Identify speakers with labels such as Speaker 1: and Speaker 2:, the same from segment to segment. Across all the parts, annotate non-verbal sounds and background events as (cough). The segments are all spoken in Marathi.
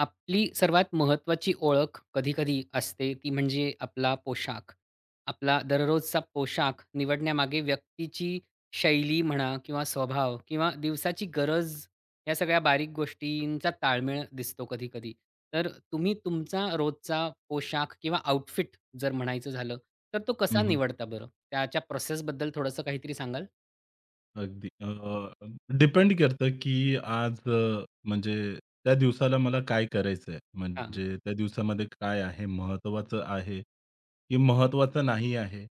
Speaker 1: आपली सर्वात महत्त्वाची ओळख कधी-कधी असते, ती म्हणजे आपला पोशाख. आपला दररोजचा पोशाख निवडण्यामागे व्यक्तीची शैली म्हणा किंवा स्वभाव किंवा दिवसाची गरज, या सगळ्या बारीक गोष्टींचा ताळमेळ दिसतो कधी-कधी. तर तुम्ही तुमचा रोजचा पोशाख किंवा आउटफिट जर म्हणायचं झालं, तर तो
Speaker 2: हं,
Speaker 1: कसा
Speaker 2: हं.
Speaker 1: निवडता बरं? त्याच्या प्रोसेसबद्दल थोडंसं काहीतरी सांगाल?
Speaker 2: अगदी. डिपेंड करतं, की आज अ, म्हणजे त्या दिवसाला मला काय करायचंय?
Speaker 1: हां.
Speaker 2: म्हणजे त्या दिवसामध्ये काय आहे? महत्त्वाचं आहे, की महत्त्वाचं नाही आहे?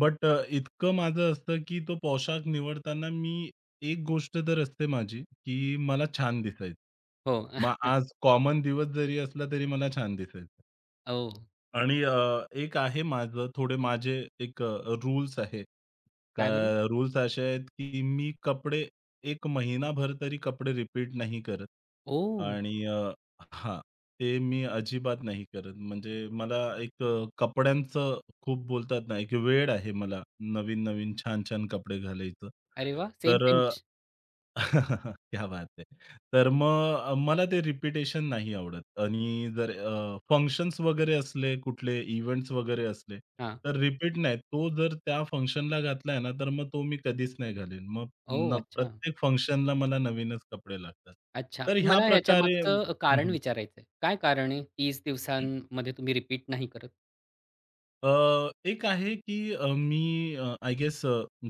Speaker 2: बट इतकं माझं असतं, की तो पोशाख निवडताना मी एक गोष्ट तर असते माझी, की मला छान दिसायचं.
Speaker 1: हो.
Speaker 2: मग
Speaker 1: (laughs)
Speaker 2: आज कॉमन दिवस जरी असला तरी मला छान दिसायचं.
Speaker 1: हो.
Speaker 2: आणि एक आहे माझं थोडे माझे एक रूल्स आहे. का
Speaker 1: काय बरं?
Speaker 2: रूल्स असे आहेत, की मी कपडे एक महिनाभर तरी कपडे रिपीट नाही करत.
Speaker 1: ओह!
Speaker 2: आणि अ, हां, ते मी अजिबात नाही करत. म्हणजे मला कपड्यांचं खूप बोलतात ना, एक वेड आहे मला नवीन-नवीन, छान-छान कपडे घालायचं.
Speaker 1: अरे वाह! सेम
Speaker 2: तर
Speaker 1: पिंच.
Speaker 2: (laughs) क्या बात है! तर मग मला ते रिपिटेशन नाही आवडत आणि जर फंक्शन्स वगैरे असले, कुठले इव्हेंट्स वगैरे असले,
Speaker 1: हां.
Speaker 2: तर रिपीट नाही. तो जर त्या फंक्शनला घातलाय ना, तर मग तो मी कधीच नाही घालेन. मग
Speaker 1: ओह!
Speaker 2: न
Speaker 1: अच्छा.
Speaker 2: प्रत्येक फंक्शनला मला नवीनच कपडे लागतात.
Speaker 1: अच्छा.
Speaker 2: तर
Speaker 1: पण
Speaker 2: ह्या
Speaker 1: मला ह्याच्या
Speaker 2: प्रकारे
Speaker 1: मागचं कारण विचारायचं आहे. काय कारण आहे? 30 दिवसांमध्ये तुम्ही रिपीट नाही करत?
Speaker 2: अ, एक आहे की आय गेस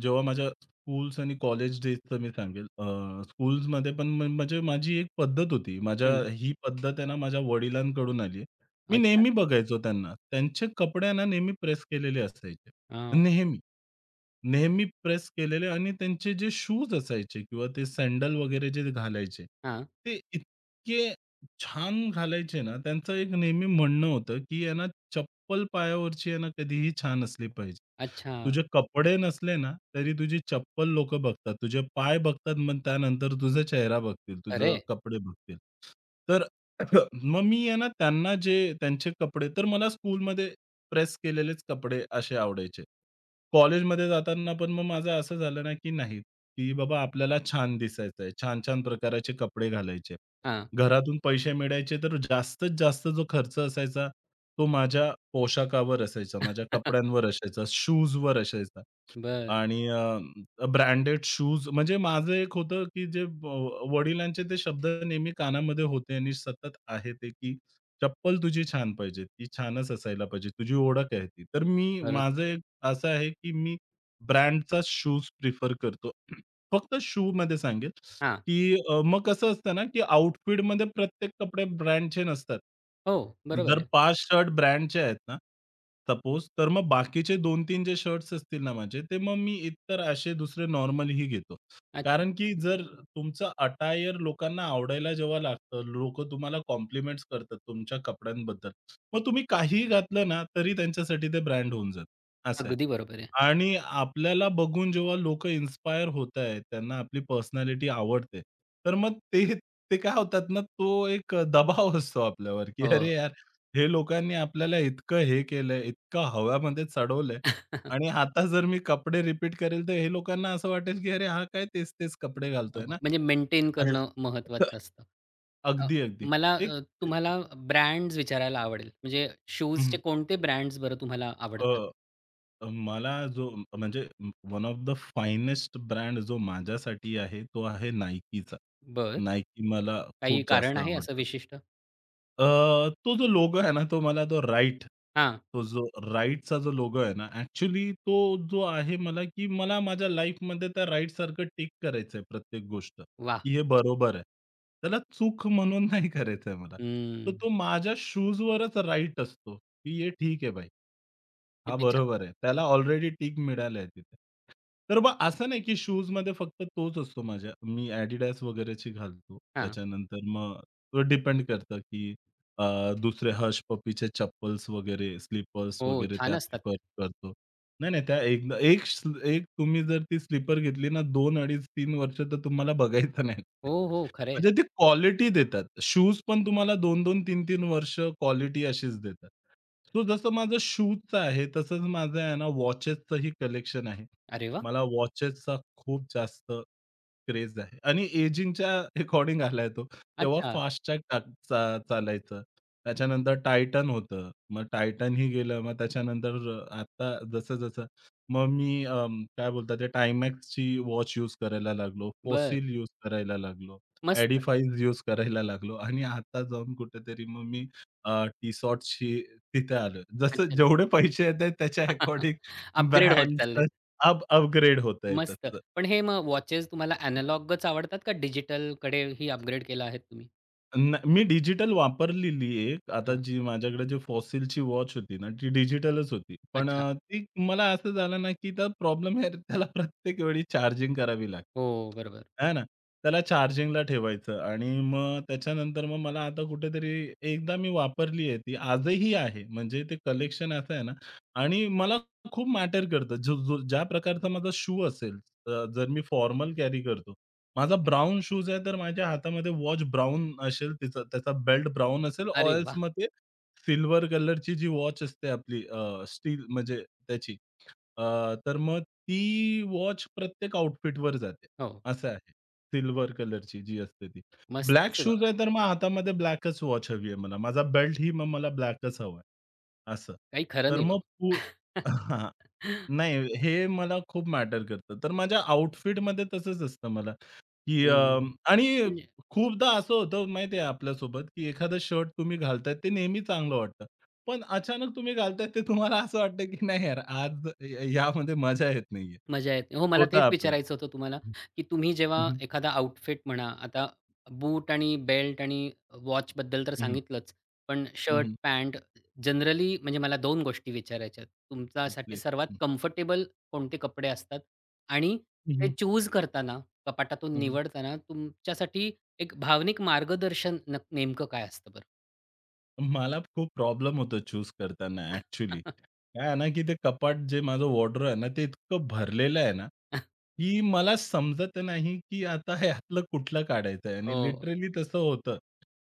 Speaker 2: जेव्हा माझ्या स्कूल्स आणि कॉलेज डेजचं मी सांगेल. स्कूल्समध्ये पण म्हणजे माझी एक पद्धत होती. माझ्या
Speaker 1: हं.
Speaker 2: ही पद्धत आहे ना माझ्या वडिलांकडून आली आहे. मी
Speaker 1: अच्छा.
Speaker 2: नेहमी बघायचो त्यांना. त्यांचे कपडे आहे ना नेहमी प्रेस केलेले असायचे.
Speaker 1: हां.
Speaker 2: नेहमी. नेहमी प्रेस केलेले आणि त्यांचे जे शूज असायचे किंवा ते सँडल वगैरे जे घालायचे,
Speaker 1: हां.
Speaker 2: ते इतके छान घालायचे ना, त्यांचं एक नेहमी म्हणणं होतं, की आहे ना, चप्पल पायावरची आहे ना, कधीही छान असली पाहिजे.
Speaker 1: अच्छा.
Speaker 2: तुझे कपडे नसले ना, तरी तुझी चप्पल लोकं बघतात. तुझे पाय बघतात, मग त्यानंतर तुझा चेहरा बघतील,
Speaker 1: खरं
Speaker 2: तुझं
Speaker 1: आहे?
Speaker 2: कपडे बघतील. तर (clears throat) मग मी आहे ना, त्यांना जे त्यांचे कपडे तर मला स्कूलमध्ये प्रेस केलेलेच कपडे असे आवडायचे. कॉलेजमध्ये जाताना पण मग माझं असं झालं ना, की नाही, की बाबा आपल्याला छान दिसायचं आहे, छान-छान प्रकाराचे कपडे घालायचे.
Speaker 1: हां.
Speaker 2: घरातून पैसे मिळायचे तर जास्तीत जास्त जो खर्च असायचा, तो माझ्या पोशाखावर असायचा, माझ्या
Speaker 1: (laughs)
Speaker 2: कपड्यांवर असायचा, शूजवर असायचा.
Speaker 1: बरं.
Speaker 2: आणि ब्रँडेड शूज म्हणजे माझं एक होतं, की जे व वडिलांचे ते शब्द नेहमी कानामध्ये होते आणि सतत आहे ते, की "चप्पल तुझी छान पाहिजे, ती छानच असायला पाहिजे, तुझी ओळख आहे ती." तर मी
Speaker 1: खरंच.
Speaker 2: माझं एक असं आहे, की मी ब्रँडचा शूज प्रिफर करतो. (clears throat) फक्त शूमध्ये सांगेल,
Speaker 1: हां.
Speaker 2: की मग कसं असतं ना, की आउटफिटमध्ये प्रत्येक कपडे ब्रँडचे नसतात.
Speaker 1: हो, बरोबर
Speaker 2: जर
Speaker 1: आहे.
Speaker 2: 5 शर्ट ब्रँडचे आहेत ना, सपोज तर मग बाकीचे 2-3 जे शर्ट्स असतील ना माझे, ते मग मी एकतर असे दुसरे नॉर्मलही घेतो.
Speaker 1: अच्छा.
Speaker 2: कारण की जर तुमचं अटायर लोकांना आवडायला जेव्हा लागतं, लोकं तुम्हाला कॉम्प्लिमेंट्स करतात तुमच्या कपड्यांबद्दल. मग तुम्ही काहीही घातलं ना, तरी त्यांच्यासाठी ते ब्रँड होऊन जातं. असं आहे.
Speaker 1: अगदी बरोबर आहे.
Speaker 2: आणि आपल्याला बघून जेव्हा लोकं इन्स्पायर होतायत, त्यांना आपली पर्सनॅलिटी आवडते, तर मग ते ते काय होतात ना, तो एक दबाव (laughs) असतो आपल्यावर, की
Speaker 1: हो,
Speaker 2: "अरे यार, हे लोकांनी आपल्याला इतकं हे केलंय, इतकं हव्यामध्ये चढवलंय आणि आता जर मी कपडे रिपीट करेल, तर हे लोकांना असं वाटेल, की अरे हा काय तेच-तेच कपडे
Speaker 1: हो.
Speaker 2: घालतोय ना."
Speaker 1: म्हणजे मेंटेन
Speaker 2: असं.
Speaker 1: करणं
Speaker 2: (laughs)
Speaker 1: महत्त्वाचं असतं. अ,
Speaker 2: अगदी, अगदी.
Speaker 1: मला
Speaker 2: एक
Speaker 1: अ, तुम्हाला ब्रँड्स विचारायला आवडेल. म्हणजे शूजचे
Speaker 2: हं,
Speaker 1: कोणते ब्रँड्स बरं तुम्हाला आवडतात?
Speaker 2: अ मला जो म्हणजे one of the finest brand जो माझ्यासाठी आहे, तो आहे Nikeचा.
Speaker 1: बरं.
Speaker 2: Nike मला
Speaker 1: काही
Speaker 2: खूप
Speaker 1: कारण
Speaker 2: जास्त
Speaker 1: आहे असं
Speaker 2: आवडतं.
Speaker 1: विशिष्ट?
Speaker 2: अ, तो जो लोगो आहे ना, तो मला तो राइट
Speaker 1: हां.
Speaker 2: तो जो राइटचा जो लोगो आहे ना, ॲक्चुअली तो जो आहे मला, की मला माझ्या लाईफमध्ये त्या राइटसारखं टिक करायचं प्रत्येक गोष्ट,
Speaker 1: वाह!
Speaker 2: की हे
Speaker 1: किती छान.
Speaker 2: बरोबर आहे. त्याला चूक म्हणून नाही करायचं मला. तर
Speaker 1: हं.
Speaker 2: तो माझ्या शूजवरच राइट असतो, की हे ठीक आहे भाई. हां,
Speaker 1: किती छान.
Speaker 2: बरोबर आहे. त्याला ऑलरेडी टिक मिळालंय तिथे. तर मग असं नाही, की शूजमध्ये फक्त तोच असतो माझ्या. मी Adidas वगैरेची घालतो.
Speaker 1: हां.
Speaker 2: त्याच्यानंतर मग तो डिपेंड करतं, की अ, दुसरे हश पप्पीचे चप्पल्स वगैरे, स्लीपर्स
Speaker 1: हो,
Speaker 2: वगैरे त्या
Speaker 1: छान असतात
Speaker 2: प्रिफर
Speaker 1: त्या.
Speaker 2: करतो. नाही, नाही, त्या एकदा एक एक तुम्ही जर ती स्लीपर घेतली ना 2 अडीच 3 वर्ष तर तुम्हाला बघायचं नाही.
Speaker 1: हो, हो, खरं.
Speaker 2: म्हणजे ते क्वालिटी देतात. शूज पण तुम्हाला दोन 2 तीन 3 वर्ष क्वालिटी अशीच देतात. सो जसं माझं शूजचं आहे, तसंच माझं आहे ना वॉचेसचंही कलेक्शन आहे.
Speaker 1: अरे वाह!
Speaker 2: मला वॉचेसचा खूप जास्त क्रेज आहे आणि एजिंगच्या अकॉर्डिंग आलाय तो. तेव्हा
Speaker 1: अच्छा,
Speaker 2: फास्टट्रॅक चा चालायचं. त्याच्यानंतर टायटन होतं. मग टायटनही गेलं. मग त्याच्यानंतर आता जसं-जसं मग मी काय बोलतात ते टायमॅक्सची वॉच यूज करायला लागलो.
Speaker 1: बरं.
Speaker 2: फोसिल यूज करायला लागलो.
Speaker 1: मस्त.
Speaker 2: एडिफाईज यूज करायला लागलो आणि आता जाऊन कुठेतरी मग मी टी शॉर्ट्सशी तिथे आलो.
Speaker 1: अच्छा,
Speaker 2: जसं
Speaker 1: अच्छा.
Speaker 2: जेवढे पैसे येत आहेत त्याच्या
Speaker 1: (laughs)
Speaker 2: अकॉर्डिंग
Speaker 1: अपग्रेड होत
Speaker 2: ब्रँड्स
Speaker 1: चाललंय.
Speaker 2: अपग्रेड होत आहे
Speaker 1: मस्त.
Speaker 2: तसं.
Speaker 1: पण हे मग वॉचेस तुम्हाला एनालॉगच आवडतात का डिजिटल? डिजिटलकडेही अपग्रेड केलं आहे तुम्ही?
Speaker 2: न मी डिजिटल वापरलेली एक. आता
Speaker 1: हां.
Speaker 2: जी माझ्याकडे जी Fossilची वॉच होती ना, ती डिजिटलच होती. पण
Speaker 1: अच्छा.
Speaker 2: ती मला असं झालं ना, की तर प्रॉब्लेम आहे त्याला प्रत्येक वेळी चार्जिंग करावी
Speaker 1: हो,
Speaker 2: लागते.
Speaker 1: बरोबर.
Speaker 2: है ना? त्याला चार्जिंगला ठेवायचं आणि मग त्याच्यानंतर मग मला आता कुठेतरी एकदा मी वापरली आहे ती. आजही आहे. म्हणजे ते कलेक्शन असं आहे ना आणि मला खूप मॅटर करतं. जो जो ज्या प्रकारचा माझा शू असेल, जर मी फॉर्मल कॅरी करतो, माझा ब्राउन शूज आहे, तर माझ्या हातामध्ये वॉच ब्राउन असेल, तिचा त्याचा बेल्ट ब्राउन असेल, ऑर
Speaker 1: अरे
Speaker 2: एल्स
Speaker 1: वाह!
Speaker 2: मग ते सिल्व्हर कलरची जी वॉच असते आपली स्टील म्हणजे अ, तर मग ती वॉच प्रत्येक आउटफिटवर जाते.
Speaker 1: हो.
Speaker 2: असं आहे. सिल्व्हर कलरची जी असते ती.
Speaker 1: मस्तच
Speaker 2: ब्लॅक
Speaker 1: आहे
Speaker 2: शूज
Speaker 1: बाबा.
Speaker 2: आहे, तर मग हातामध्ये ब्लॅकच वॉच हवी आहे मला. माझा बेल्टही मग मला ब्लॅकच हवा आहे. असं.
Speaker 1: काही खरं
Speaker 2: तर
Speaker 1: नाही
Speaker 2: मग
Speaker 1: बाबा.
Speaker 2: (laughs)
Speaker 1: (laughs)
Speaker 2: नाही, हे मला खूप मॅटर करतं. तर माझ्या आउटफिटमध्ये तसंच असतं मला, की
Speaker 1: हं.
Speaker 2: आणि
Speaker 1: म्हणजे
Speaker 2: खूपदा असं होतं माहिती आहे आपल्यासोबत, की एखादं शर्ट तुम्ही घालताय ते नेहमी चांगलं वाटतं. पण अचानक तुम्ही घालताय ते तुम्हाला असं वाटतं, की नाही यार आज या यामध्ये मजा येत नाहीये.
Speaker 1: मजा येते. हो, मला
Speaker 2: होतं
Speaker 1: तेच
Speaker 2: आपलं.
Speaker 1: विचारायचं होतं तुम्हाला, की तुम्ही जेव्हा एखादा आउटफिट म्हणा, आता बूट आणि बेल्ट आणि वॉच बद्दल तर सांगितलंच, पण शर्ट, पॅन्ट जनरली म्हणजे मला 2 गोष्टी विचारायच्या आहेत. तुमच्यासाठी
Speaker 2: प्लीज.
Speaker 1: सर्वात कम्फर्टेबल कोणते कपडे असतात? आणि ते चूज करताना, कपाटातून निवडताना तुमच्यासाठी एक भावनिक मार्गदर्शन न नेमकं काय असतं बरं?
Speaker 2: मला खूप प्रॉब्लेम होतो चूज करताना ॲक्चुअली.
Speaker 1: (laughs)
Speaker 2: काय आहे ना, की ते कपाट जे माझं वॉर्डरोब आहे ना, ते इतकं भरलेलं आहे ना, की मला समजत नाही, की आता ह्यातलं कुठलं काढायचं आहे आणि
Speaker 1: हो.
Speaker 2: लिटरली तसं होतं,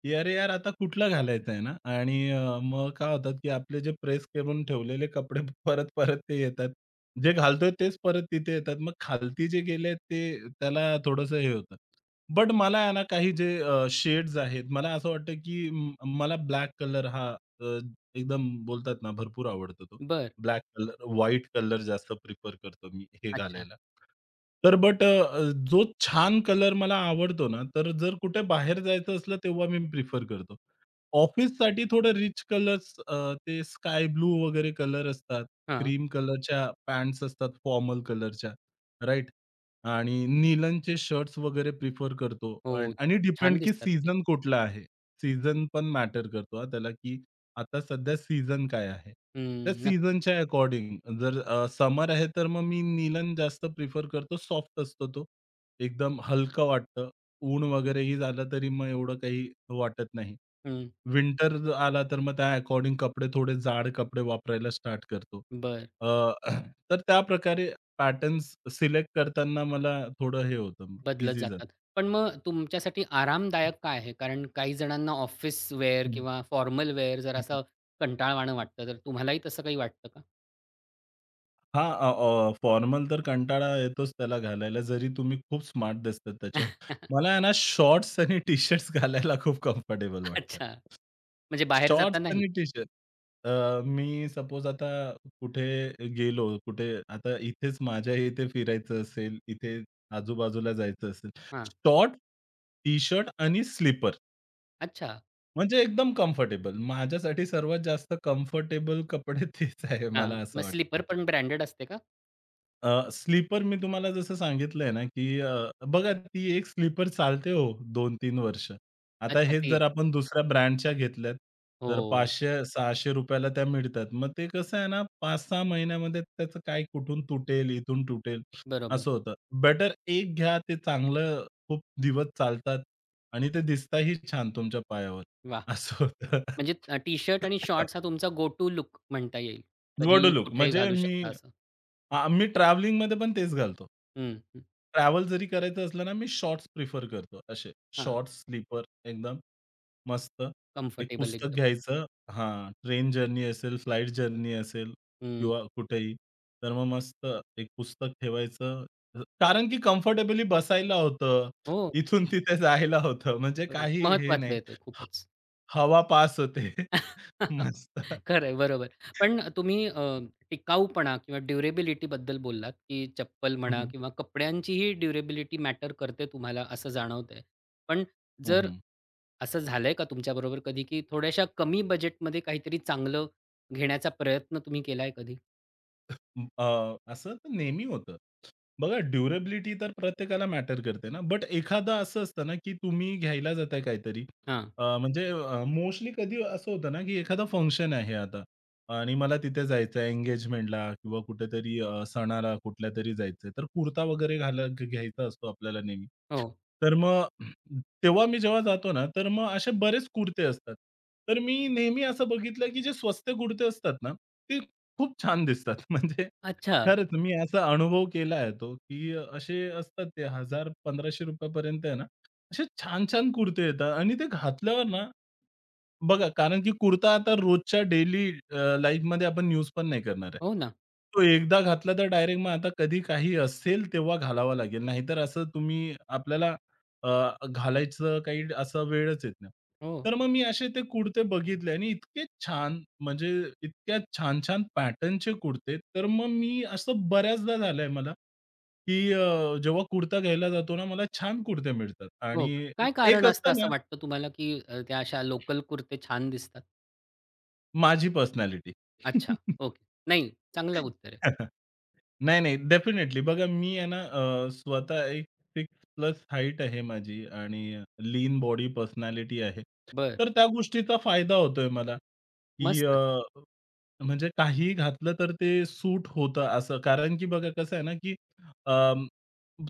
Speaker 2: की "अरे यार, आता कुठलं घालायचं आहे ना" आणि मग काय होतात, की आपले जे प्रेस करून ठेवलेले कपडे (laughs) परत-परत ते येतात. जे घालतोय तेच परत तिथे येतात. मग खालती जे गेले ते त्याला थोडंसं हे होतं. बट मला आहे ना काही जे शेड्स आहेत, मला असं वाटतं की मला ब्लॅक कलर हा अ, एकदम बोलतात ना भरपूर आवडतो तो.
Speaker 1: बरं.
Speaker 2: ब्लॅक कलर, व्हाईट कलर जास्त प्रिफर करतो मी हे
Speaker 1: अच्छा.
Speaker 2: घालायला. तर बट जो छान कलर मला आवडतो ना, तर जर कुठे बाहेर जायचं असलं तेव्हा मी प्रिफर करतो. ऑफिससाठी थोडं रिच कलर्स ते स्काय ब्लू वगैरे कलर असतात.
Speaker 1: हां.
Speaker 2: क्रीम कलरच्या पॅन्ट्स असतात फॉर्मल कलरच्या, राइट? आणि निलनचे शर्ट्स वगैरे प्रिफर करतो
Speaker 1: हो.
Speaker 2: आणि
Speaker 1: छान
Speaker 2: डिपेंड की
Speaker 1: दिसतात ते.
Speaker 2: सीझन कुठला आहे. सीझन पण मॅटर करतो हां त्याला, की आता सध्या सीझन काय आहे? त्या
Speaker 1: हं. नक्कीच.
Speaker 2: सीझनच्या अकॉर्डिंग जर समर आहे तर मग मी निलन जास्त प्रिफर करतो. सॉफ्ट असतो तो. एकदम हलकं वाटतं. ऊन वगैरेही झालं तरी मग एवढं काही वाटत नाही.
Speaker 1: हं.
Speaker 2: विंटर आला तर मग त्या अकॉर्डिंग कपडे थोडे जाड कपडे वापरायला स्टार्ट करतो.
Speaker 1: बरं.
Speaker 2: अ, (clears throat) तर त्याप्रकारे पॅटर्न्स सिलेक्ट करताना मला थोडं हे होतं मग,
Speaker 1: बदलत
Speaker 2: ईझी जातं.
Speaker 1: जातात. पण मग तुमच्यासाठी आरामदायक काय आहे? कारण काही जणांना ऑफिस वेअर
Speaker 2: हं,
Speaker 1: किंवा फॉर्मल वेअर जर असं कंटाळवाणं वाटतं, तर तुम्हालाही तसं काही वाटतं का?
Speaker 2: हां, अ, अ, फॉर्मल तर कंटाळा येतोच त्याला घालायला, जरी तुम्ही खूप स्मार्ट दिसतात त्याच्यावर.
Speaker 1: (laughs)
Speaker 2: मला आहे ना शॉर्ट्स आणि टी-शर्ट्स घालायला खूप कम्फर्टेबल वाटतं.
Speaker 1: अच्छा. म्हणजे बाहेर
Speaker 2: शॉर्ट्स
Speaker 1: जातानाही?
Speaker 2: आणि टी-शर्ट. मी सपोज आता कुठे गेलो, कुठे आता इथेच माझ्या इथे फिरायचं असेल, इथे आजूबाजूला जायचं असेल,
Speaker 1: हां.
Speaker 2: शॉर्ट, टी-शर्ट आणि स्लीपर
Speaker 1: अच्छा.
Speaker 2: म्हणजे एकदम कम्फर्टेबल. माझ्यासाठी सर्वात जास्त कम्फर्टेबल कपडे (laughs) तेच आहे,
Speaker 1: हां.
Speaker 2: मला असं
Speaker 1: मग स्लीपर
Speaker 2: वाटतं.
Speaker 1: पण ब्रँडेड असते का?
Speaker 2: स्लीपर मी तुम्हाला जसं सांगितलंय ना, की बघा ती एक स्लीपर चालते हो 2 तीन वर्ष. आता
Speaker 1: अच्छा
Speaker 2: हेच
Speaker 1: ते.
Speaker 2: जर आपण दुसऱ्या ब्रँडच्या घेतल्यात, तर
Speaker 1: हो.
Speaker 2: 500-600 ला त्या मिळतात. मग ते कसं आहे ना, 5-6 महिन्यामध्ये त्याचं काय कुठून तुटेल, इथून तुटेल
Speaker 1: बरोबर.
Speaker 2: असं होतं. बेटर एक घ्या ते चांगलं खूप दिवस चालतात आणि ते दिसताही छान तुमच्या पायावर
Speaker 1: वाह!
Speaker 2: असं होतं.
Speaker 1: म्हणजे टी-शर्ट आणि शॉर्ट्स हा तुमचा गो टू लूक म्हणता येईल.
Speaker 2: निवडू
Speaker 1: कधीही
Speaker 2: लूक
Speaker 1: कुठेही
Speaker 2: म्हणजे
Speaker 1: घालू
Speaker 2: मी
Speaker 1: शकता असं.
Speaker 2: हां, मी ट्रॅव्हलिंगमध्ये पण तेच घालतो.
Speaker 1: हं, हं.
Speaker 2: ट्रॅव्हल जरी करायचं असलं ना, मी शॉर्ट्स प्रिफर करतो. असे
Speaker 1: हां.
Speaker 2: शॉर्ट्स स्लीपर एकदम मस्त. एक
Speaker 1: कम्फर्टेबल
Speaker 2: पुस्तक
Speaker 1: एकदम.
Speaker 2: घ्यायचं हां, ट्रेन जर्नी असेल, फ्लाइट जर्नी असेल
Speaker 1: हं.
Speaker 2: किंवा कुठेही, तर मग मस्त एक पुस्तक ठेवायचं. कारण की कम्फर्टेबली बसायला होतं.
Speaker 1: हो.
Speaker 2: इथून तिथे जायला होतं. म्हणजे
Speaker 1: बरोबर.
Speaker 2: काही हे
Speaker 1: महत्वाचं
Speaker 2: नाही.
Speaker 1: आहे ते
Speaker 2: ह
Speaker 1: खूपच.
Speaker 2: हवा पास होते. (laughs)
Speaker 1: (laughs)
Speaker 2: मस्त.
Speaker 1: खरं आहे, बरोबर. पण तुम्ही टिकाऊपणा किंवा ड्युरेबिलिटीबद्दल बोललात, की चप्पल
Speaker 2: हं,
Speaker 1: म्हणा
Speaker 2: हं.
Speaker 1: किंवा कपड्यांचीही ड्युरेबिलिटी मॅटर करते तुम्हाला असं जाणवतंय. पण जर असं झालंय का तुमच्याबरोबर कधी, की थोड्याशा कमी बजेटमध्ये काहीतरी चांगलं घेण्याचा प्रयत्न तुम्ही केलाय कधी?
Speaker 2: असं तर नेहमी होतं. बघा ड्युरेबिलिटी तर प्रत्येकाला मॅटर करते ना, बट एखादा असं असतं ना, की तुम्ही घ्यायला जाताय काहीतरी
Speaker 1: हां.
Speaker 2: मोस्टली कधी असं होतं ना, की एखादं फंक्शन आहे आता आणि मला तिथे जायचं आहे एंगेजमेंटला किंवा कुठेतरी सणाला कुठल्यातरी जायचंय, तर कुर्ता वगैरे घाला घ्यायचा असतो आपल्याला नेहमी.
Speaker 1: हो.
Speaker 2: तर मग तेव्हा मी जेव्हा जातो ना, तर मग असे बरेच कुर्ते असतात. तर मी नेहमी असं बघितलं, की जे स्वस्त कुर्ते असतात ना, ते खूप छान दिसतात. (laughs) म्हणजे
Speaker 1: अच्छा.
Speaker 2: खरंच मी असा अनुभव केला आहे तो, की असे असतात ते ₹1000-1500 पर्यंत आहे ना, असे छान-छान कुर्ते येतात आणि ते घातल्यावर ना बघा, कारण की कुर्ता आता रोजच्या डेली लाईफमध्ये आपण यूज पण नाही करणार आहे.
Speaker 1: हो ना.
Speaker 2: तो एकदा घातला तर डायरेक्ट मग आता कधी काही असेल तेव्हा घालावा लागेल. नाहीतर असं तुम्ही आपल्याला अ, घालायचं काही असा वेळच येत नाही.
Speaker 1: हो.
Speaker 2: तर मग मी असे ते कुर्ते बघितले आणि इतके छान म्हणजे इतक्या छान-छान पॅटर्नचे कुर्ते. तर मग मी असं बऱ्याचदा झालंय मला, की जेव्हा कुर्ता घ्यायला जातो ना, मला छान कुर्ते मिळतात
Speaker 1: हो
Speaker 2: आणि
Speaker 1: का? काय
Speaker 2: एक
Speaker 1: कारण असतं
Speaker 2: असतं ना
Speaker 1: असं वाटतं तुम्हाला, की त्या अशा लोकल कुर्ते छान दिसतात?
Speaker 2: माझी पर्सनॅलिटी.
Speaker 1: अच्छा.
Speaker 2: (laughs)
Speaker 1: ओके. नाही, चांगलं उत्तर आहे.
Speaker 2: (laughs) नाही, नाही. डेफिनेटली. बघा मी आहे ना स्वतः एक सिक्स प्लस हाईट आहे माझी आणि लीन बॉडी पर्सनॅलिटी आहे.
Speaker 1: बरं.
Speaker 2: तर त्या गोष्टीचा फायदा होतोय मला, की
Speaker 1: मस्तच.
Speaker 2: म्हणजे काहीही घातलं तर ते सूट होतं असं. कारण की बघा कसं आहे ना, की अं,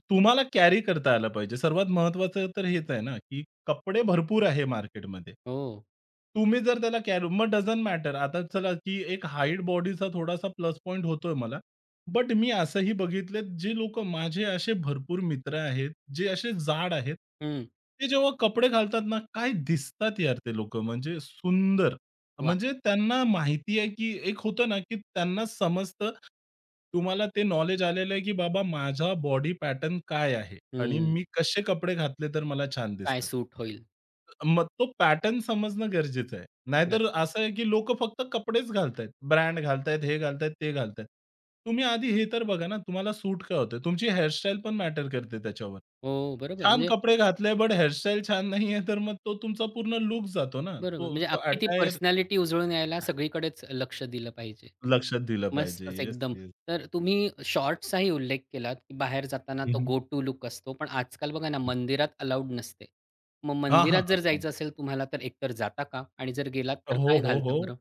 Speaker 2: तुम्हाला कॅरी करता आलं पाहिजे. सर्वात महत्वाचं तर हेच आहे ना, की कपडे भरपूर आहे मार्केटमध्ये.
Speaker 1: हो.
Speaker 2: तुम्ही जर त्याला कॅरी मग डझंट मॅटर. आता चला, की एक हाईट बॉडीचा थोडासा प्लस पॉइंट होतोय मला. बट मी असंही बघितलेत, जे लोकं माझे असे भरपूर मित्र आहेत, जे असे जाड आहेत.
Speaker 1: हं.
Speaker 2: ते जेव्हा कपडे घालतात ना, काय दिसतात यार ते लोकं म्हणजे सुंदर.
Speaker 1: वाह!
Speaker 2: म्हणजे त्यांना माहिती आहे, की एक होतं ना, की त्यांना समजतं. तुम्हाला ते नॉलेज आलेलं आहे, की बाबा माझा बॉडी पॅटर्न काय आहे आणि मी
Speaker 1: हं,
Speaker 2: कसे कपडे घातले तर मला छान
Speaker 1: काय
Speaker 2: दिसतात.
Speaker 1: सूट होईल.
Speaker 2: मग तो पॅटर्न समजणं गरजेचं आहे.
Speaker 1: खरंच.
Speaker 2: नाहीतर असं आहे, की लोकं फक्त कपडेच घालतायत. ब्रँड घालतायत, हे घालतायत, ते घालतायत. तुम्ही आधी हे तर बघा ना, तुम्हाला सूट काय होतंय? तुमची हेअरस्टाईल पण मॅटर करते त्याच्यावर.
Speaker 1: हो, बरोबर.
Speaker 2: छान
Speaker 1: म्हणजे
Speaker 2: कपडे घातले, बट हेअरस्टाईल छान नाहीये, तर मग तो तुमचा पूर्ण लूक जातो ना.
Speaker 1: बरोबर.
Speaker 2: तो
Speaker 1: म्हणजे
Speaker 2: तो
Speaker 1: अख्खी ती
Speaker 2: अटायर
Speaker 1: पर्सनॅलिटी उजळून यायला सगळीकडेच लक्ष दिलं पाहिजे.
Speaker 2: लक्षात दिलं पाहिजे.
Speaker 1: मस्तच
Speaker 2: येस,
Speaker 1: एकदम.
Speaker 2: येस.
Speaker 1: तर तुम्ही शॉर्ट्सचाही उल्लेख केलात, की बाहेर जाताना
Speaker 2: हं,
Speaker 1: तो
Speaker 2: हं.
Speaker 1: गो टू लूक असतो. पण आजकाल बघा ना, मंदिरात अलाउड नसते. मग
Speaker 2: हां, हां,
Speaker 1: मंदिरात जर
Speaker 2: हां,
Speaker 1: जायचं असेल तुम्हाला, तर एकतर जाता का? आणि जर गेलात तर
Speaker 2: हो,
Speaker 1: काय
Speaker 2: हो,
Speaker 1: घालता
Speaker 2: हो.
Speaker 1: बरं?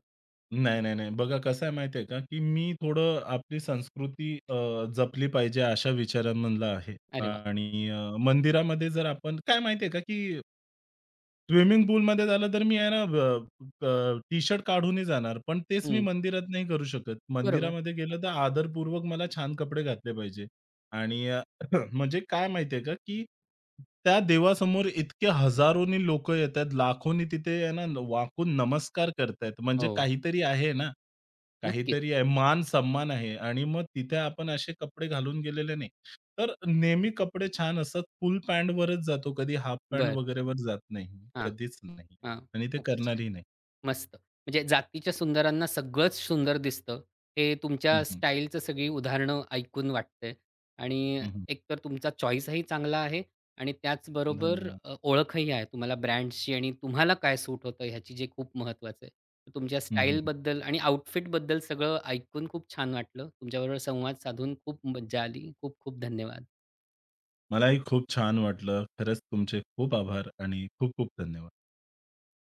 Speaker 2: नाही, नाही, नाही. बघा कसं आहे माहिती आहे का, की मी थोडं आपली संस्कृती जपली पाहिजे अशा विचारांमधला आहे
Speaker 1: अरे वाह!
Speaker 2: आणि मंदिरामध्ये जर आपण काय माहिती आहे का, की स्विमिंग पूलमध्ये झालं तर मी आहे ना अ, अ, टी-शर्ट काढूनही जाणार. पण तेच मी
Speaker 1: हं,
Speaker 2: मंदिरात नाही करू शकत.
Speaker 1: बरोबर.
Speaker 2: मंदिरामध्ये गेलं तर आदरपूर्वक मला छान कपडे घातले पाहिजे. आणि (clears throat) म्हणजे काय माहिती का, की त्या देवासमोर इतके हजारोनी लोकं येतायत, लाखोनी तिथे आहे ना वाकून नमस्कार करतायत. म्हणजे
Speaker 1: हो,
Speaker 2: काहीतरी आहे ना,
Speaker 1: नक्कीच.
Speaker 2: काहीतरी आहे. मान-सन्मान आहे आणि मग तिथे आपण असे कपडे घालून गेलेले नाही. तर नेहमी कपडे छान असतात. फुल पॅन्टवरच जातो. कधी हाल्फ पॅन्ट
Speaker 1: बरं.
Speaker 2: वगैरेवर जात नाही मी.
Speaker 1: हां,
Speaker 2: कधीच नाही
Speaker 1: हां.
Speaker 2: आणि ते
Speaker 1: खूपच छान.
Speaker 2: करणारही नाही.
Speaker 1: मस्त. म्हणजे जातीच्या सुंदरांना सगळंच सुंदर दिसतं. हे
Speaker 2: हं,
Speaker 1: तुमच्या
Speaker 2: हं.
Speaker 1: स्टाईलचं सगळी उदाहरणं ऐकून वाटतंय आणि
Speaker 2: हं, हं.
Speaker 1: एकतर तुमचा चॉईसही चांगला आहे आणि त्याचबरोबर
Speaker 2: धन्यवाद.
Speaker 1: ओळखही आहे तुम्हाला ब्रँड्सची आणि तुम्हाला काय सूट होतं ह्याची जे खूप महत्त्वाचं आहे. तर तुमच्या
Speaker 2: हं, हं.
Speaker 1: स्टाईलबद्दल आणि आउटफिटबद्दल सगळं ऐकून खूप छान वाटलं. तुमच्याबरोबर संवाद साधून खूप मज्जा आली. खूप खूप धन्यवाद.
Speaker 2: मलाही खूप छान वाटलं. खरंच तुमचे खूप आभार आणि खूप-खूप धन्यवाद.